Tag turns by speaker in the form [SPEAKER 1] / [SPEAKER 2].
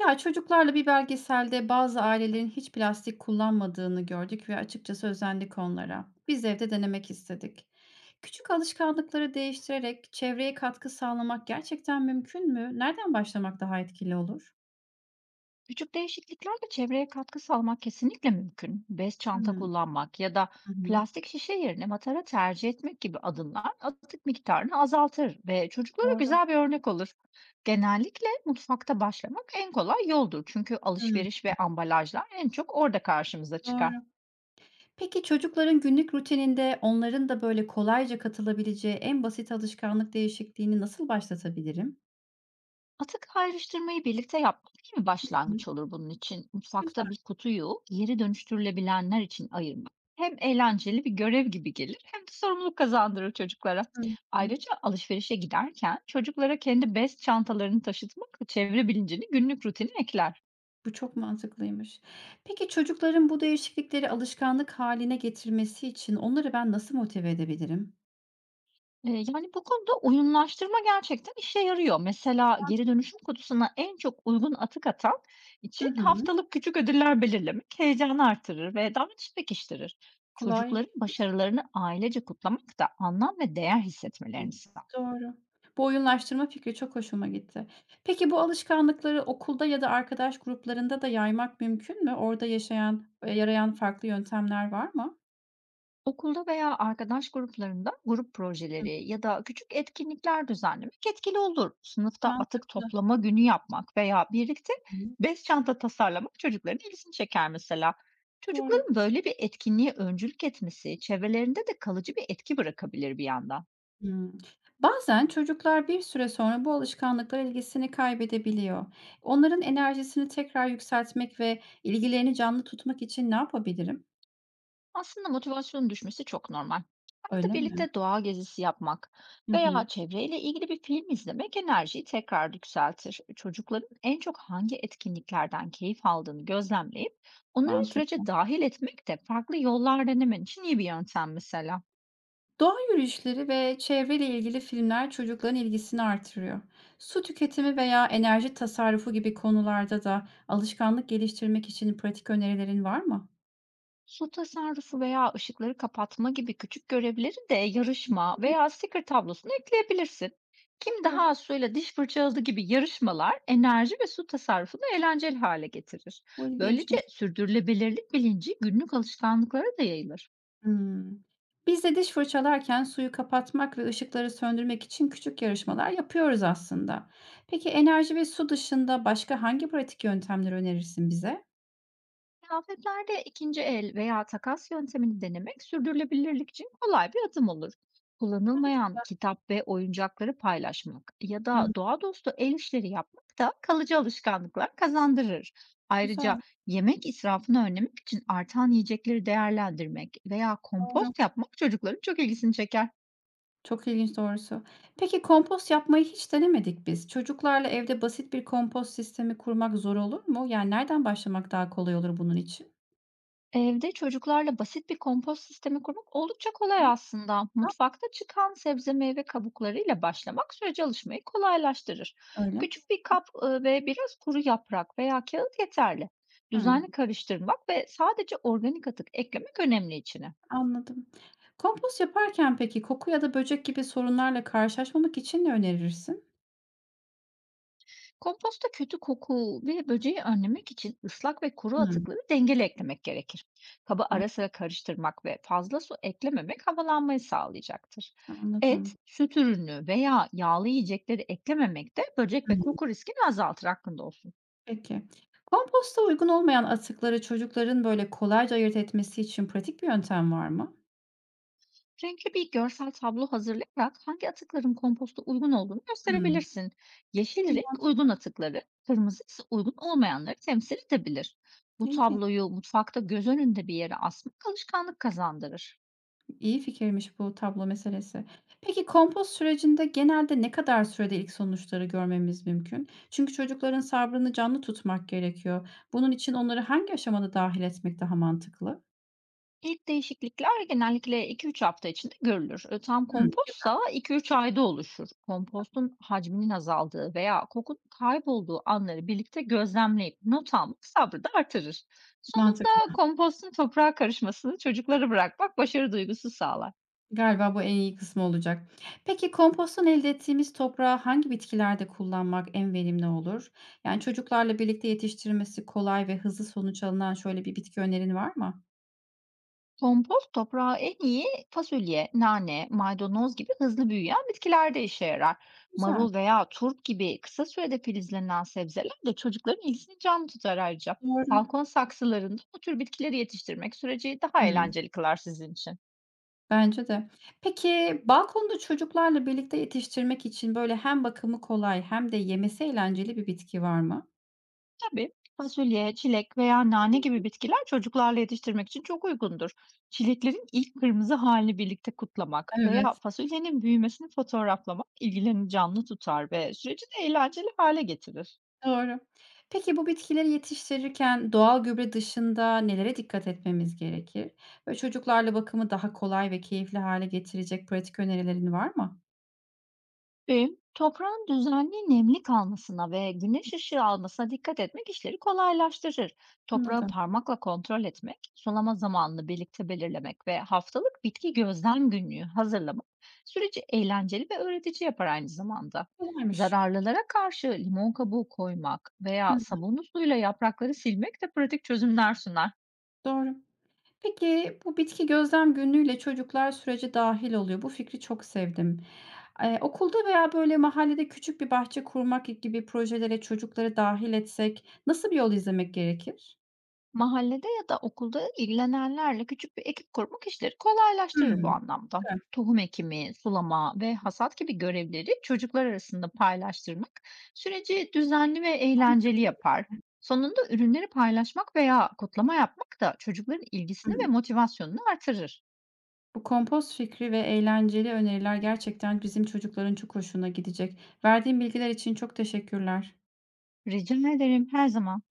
[SPEAKER 1] Ya, çocuklarla bir belgeselde bazı ailelerin hiç plastik kullanmadığını gördük ve açıkçası özendik onlara. Biz evde denemek istedik. Küçük alışkanlıkları değiştirerek çevreye katkı sağlamak gerçekten mümkün mü? Nereden başlamak daha etkili olur?
[SPEAKER 2] Küçük değişikliklerle çevreye katkı sağlamak kesinlikle mümkün. Bez çanta
[SPEAKER 1] Hımm.
[SPEAKER 2] kullanmak ya da
[SPEAKER 1] Hı hı. Hı.
[SPEAKER 2] plastik şişe yerine matara tercih etmek gibi adımlar atık miktarını azaltır ve çocuklara
[SPEAKER 1] Doğru.
[SPEAKER 2] güzel bir örnek olur. Genellikle mutfakta başlamak en kolay yoldur çünkü
[SPEAKER 1] Hımm.
[SPEAKER 2] alışveriş ve ambalajlar en çok orada karşımıza çıkar.
[SPEAKER 1] Doğru. Peki çocukların günlük rutininde onların da böyle kolayca katılabileceği en basit alışkanlık değişikliğini nasıl başlatabilirim?
[SPEAKER 2] Atık ayrıştırmayı birlikte yapmak iyi bir
[SPEAKER 1] Hı.
[SPEAKER 2] başlangıç olur bunun için.
[SPEAKER 1] Güzel.
[SPEAKER 2] Mutfakta bir kutuyu geri dönüştürülebilenler için ayırmak hem eğlenceli bir görev gibi gelir hem de sorumluluk kazandırır çocuklara.
[SPEAKER 1] Hı hı.
[SPEAKER 2] Ayrıca alışverişe giderken çocuklara kendi bez çantalarını taşıtmak çevre bilincini günlük rutine ekler.
[SPEAKER 1] Bu çok mantıklıymış. Peki çocukların bu değişiklikleri alışkanlık haline getirmesi için onları ben nasıl motive edebilirim?
[SPEAKER 2] Yani, bu konuda oyunlaştırma gerçekten işe yarıyor. Mesela geri dönüşüm kutusuna en çok uygun atık atan
[SPEAKER 1] Hı
[SPEAKER 2] için
[SPEAKER 1] hı.
[SPEAKER 2] haftalık küçük ödüller belirlemek heyecanı artırır ve davranışı pekiştirir.
[SPEAKER 1] Kolay
[SPEAKER 2] Çocukların
[SPEAKER 1] geliyor.
[SPEAKER 2] başarılarını ailece kutlamak da anlam ve değer
[SPEAKER 1] Hıı.
[SPEAKER 2] hissetmelerini sağlar.
[SPEAKER 1] Doğru. Bu oyunlaştırma fikri çok hoşuma gitti. Peki bu alışkanlıkları okulda ya da arkadaş gruplarında da yaymak mümkün mü? Orada yaşayan yarayan farklı yöntemler var mı?
[SPEAKER 2] Okulda veya arkadaş gruplarında grup
[SPEAKER 1] Hı.
[SPEAKER 2] projeleri ya da küçük etkinlikler düzenlemek etkili olur. Sınıfta atık
[SPEAKER 1] Mantıklı.
[SPEAKER 2] toplama günü yapmak veya birlikte
[SPEAKER 1] Hı.
[SPEAKER 2] bez çanta tasarlamak çocukların ilgisini çeker mesela.
[SPEAKER 1] Doğru.
[SPEAKER 2] Çocukların böyle bir etkinliğe öncülük etmesi çevrelerinde de kalıcı bir etki bırakabilir bir yandan.
[SPEAKER 1] Hımm. Bazen çocuklar bir süre sonra bu alışkanlıklar ilgisini kaybedebiliyor. Onların enerjisini tekrar yükseltmek ve ilgilerini canlı tutmak için ne yapabilirim?
[SPEAKER 2] Aslında motivasyonun düşmesi çok normal. Arada
[SPEAKER 1] Öyle mi?
[SPEAKER 2] birlikte doğa gezisi yapmak
[SPEAKER 1] Hı hı.
[SPEAKER 2] veya çevreyle ilgili bir film izlemek enerjiyi tekrar yükseltir. Çocukların en çok hangi etkinliklerden keyif aldığını gözlemleyip onları
[SPEAKER 1] Mantıklı.
[SPEAKER 2] sürece dahil etmek de farklı yollar denemen için iyi bir yöntem mesela.
[SPEAKER 1] Doğa yürüyüşleri ve çevreyle ilgili filmler çocukların ilgisini artırıyor. Su tüketimi veya enerji tasarrufu gibi konularda da alışkanlık geliştirmek için pratik önerilerin var mı?
[SPEAKER 2] Su tasarrufu veya ışıkları kapatma gibi küçük görevleri de yarışma
[SPEAKER 1] Hı.
[SPEAKER 2] veya sticker tablosuna ekleyebilirsin. Kim
[SPEAKER 1] Doğru.
[SPEAKER 2] daha az suyla diş fırçaladı gibi yarışmalar enerji ve su tasarrufunu eğlenceli hale getirir.
[SPEAKER 1] Bu
[SPEAKER 2] Böylece
[SPEAKER 1] ilginçmiş.
[SPEAKER 2] sürdürülebilirlik bilinci günlük alışkanlıklara da yayılır.
[SPEAKER 1] Hımm. Biz de diş fırçalarken suyu kapatmak ve ışıkları söndürmek için küçük yarışmalar yapıyoruz aslında. Peki enerji ve su dışında başka hangi pratik yöntemleri önerirsin bize?
[SPEAKER 2] Kıyafetlerde ikinci el veya takas yöntemini denemek sürdürülebilirlik için kolay bir adım olur. Kullanılmayan kitap ve oyuncakları paylaşmak ya
[SPEAKER 1] Hımm,
[SPEAKER 2] da doğa dostu el işleri yapmak da kalıcı alışkanlıklar kazandırır. Ayrıca
[SPEAKER 1] güzel,
[SPEAKER 2] yemek israfını önlemek için artan yiyecekleri değerlendirmek veya
[SPEAKER 1] doğru.
[SPEAKER 2] kompost yapmak çocukların çok ilgisini çeker.
[SPEAKER 1] Çok ilginç doğrusu. Peki kompost yapmayı hiç denemedik biz. Çocuklarla evde basit bir kompost sistemi kurmak zor olur mu? Yani nereden başlamak daha kolay olur bunun için?
[SPEAKER 2] Evde çocuklarla basit bir kompost sistemi kurmak oldukça
[SPEAKER 1] Hı.
[SPEAKER 2] kolay aslında. Mutfakta çıkan sebze meyve kabuklarıyla başlamak sürece alışmayı kolaylaştırır.
[SPEAKER 1] Öyle mi?
[SPEAKER 2] Küçük bir kap ve biraz kuru yaprak veya kağıt yeterli.
[SPEAKER 1] Hıı.
[SPEAKER 2] Düzenli karıştırmak ve sadece organik atık eklemek önemli içine.
[SPEAKER 1] Anladım. Kompost yaparken peki koku ya da böcek gibi sorunlarla karşılaşmamak için ne önerirsin?
[SPEAKER 2] Komposta kötü koku ve böceği önlemek için ıslak ve kuru
[SPEAKER 1] Hımm.
[SPEAKER 2] atıkları dengeli eklemek gerekir. Kaba
[SPEAKER 1] A,
[SPEAKER 2] ara sıra karıştırmak ve fazla su eklememek havalanmayı sağlayacaktır.
[SPEAKER 1] anladım.
[SPEAKER 2] Et, süt ürünü veya yağlı yiyecekleri eklememek de böcek ve
[SPEAKER 1] Hımm.
[SPEAKER 2] koku riskini azaltır hakkında olsun.
[SPEAKER 1] Peki. Komposta uygun olmayan atıkları çocukların, böyle, kolayca ayırt etmesi için pratik bir yöntem var mı?
[SPEAKER 2] Renkli bir görsel tablo hazırlayarak hangi atıkların komposta uygun olduğunu
[SPEAKER 1] Hımm.
[SPEAKER 2] gösterebilirsin.
[SPEAKER 1] Bu
[SPEAKER 2] Yeşil renk
[SPEAKER 1] mantıklı,
[SPEAKER 2] uygun atıkları, kırmızı ise uygun olmayanları temsil edebilir. Bu
[SPEAKER 1] ilginç.
[SPEAKER 2] tabloyu mutfakta göz önünde bir yere asmak alışkanlık kazandırır.
[SPEAKER 1] İyi fikirmiş bu tablo meselesi. Peki kompost sürecinde genelde ne kadar sürede ilk sonuçları görmemiz mümkün? Çünkü çocukların sabrını canlı tutmak gerekiyor. Bunun için onları hangi aşamada dâhil etmek daha mantıklı?
[SPEAKER 2] İlk değişiklikler genellikle 2-3 hafta içinde görülür. Tam
[SPEAKER 1] Hımm.
[SPEAKER 2] kompostsa 2-3 ayda oluşur. Kompostun hacminin azaldığı veya kokun kaybolduğu anları birlikte gözlemleyip not almak sabrı da artırır.
[SPEAKER 1] Mantıklı.
[SPEAKER 2] Sonunda kompostun toprağa karışmasını çocuklara bırakmak başarı duygusu sağlar.
[SPEAKER 1] Galiba bu en iyi kısmı olacak. Peki komposttan elde ettiğimiz toprağı hangi bitkilerde kullanmak en verimli olur? Yani çocuklarla birlikte yetiştirmesi kolay ve hızlı sonuç alınan şöyle bir bitki önerin var mı?
[SPEAKER 2] Kompost toprağa en iyi fasulye, nane, maydanoz gibi hızlı büyüyen bitkilerde işe yarar.
[SPEAKER 1] Güzel.
[SPEAKER 2] Marul veya turp gibi kısa sürede filizlenen sebzeler de çocukların ilgisini canlı tutar ayrıca.
[SPEAKER 1] Doğru.
[SPEAKER 2] Balkon saksılarında bu tür bitkileri yetiştirmek süreci daha
[SPEAKER 1] Hımm.
[SPEAKER 2] eğlenceli kılar sizin için.
[SPEAKER 1] Bence de. Peki balkonda çocuklarla birlikte yetiştirmek için böyle hem bakımı kolay hem de yemesi eğlenceli bir bitki var mı?
[SPEAKER 2] Tabii fasulye, çilek veya nane gibi bitkiler çocuklarla yetiştirmek için çok uygundur. Çileklerin ilk kırmızı halini birlikte kutlamak veya
[SPEAKER 1] Evet.
[SPEAKER 2] fasulyenin büyümesini fotoğraflamak ilgilerini canlı tutar ve süreci de eğlenceli hale getirir.
[SPEAKER 1] Doğru. Peki bu bitkileri yetiştirirken doğal gübre dışında nelere dikkat etmemiz gerekir? Ve çocuklarla bakımı daha kolay ve keyifli hale getirecek pratik önerilerin var mı?
[SPEAKER 2] Bugün toprağın düzenli nemli kalmasına ve güneş ışığı almasına dikkat etmek işleri kolaylaştırır. Toprağı
[SPEAKER 1] Anladım.
[SPEAKER 2] parmakla kontrol etmek, sulama zamanını birlikte belirlemek ve haftalık bitki gözlem günlüğü hazırlamak süreci eğlenceli ve öğretici yapar aynı zamanda.
[SPEAKER 1] Kolaymış.
[SPEAKER 2] Zararlılara karşı limon kabuğu koymak
[SPEAKER 1] Hı
[SPEAKER 2] veya
[SPEAKER 1] hı,
[SPEAKER 2] sabunlu suyla yaprakları silmek de pratik çözümler sunar.
[SPEAKER 1] doğru. Peki bu bitki gözlem günlüğüyle çocuklar sürece dahil oluyor. Bu fikri çok sevdim. Okulda veya böyle mahallede küçük bir bahçe kurmak gibi projelere çocukları dahil etsek nasıl bir yol izlemek gerekir?
[SPEAKER 2] Mahallede ya da okulda ilgilenenlerle küçük bir ekip kurmak işleri kolaylaştırır bu
[SPEAKER 1] Hımm.
[SPEAKER 2] anlamda.
[SPEAKER 1] Güzel.
[SPEAKER 2] Tohum ekimi, sulama ve hasat gibi görevleri çocuklar arasında paylaştırmak süreci düzenli ve eğlenceli
[SPEAKER 1] Mantıklıymış.
[SPEAKER 2] yapar. Sonunda ürünleri paylaşmak veya kutlama yapmak da çocukların ilgisini ve motivasyonunu artırır.
[SPEAKER 1] Bu kompost fikri ve eğlenceli öneriler gerçekten bizim çocukların çok hoşuna gidecek. Verdiğin bilgiler için çok teşekkürler.
[SPEAKER 2] Rica ederim her zaman.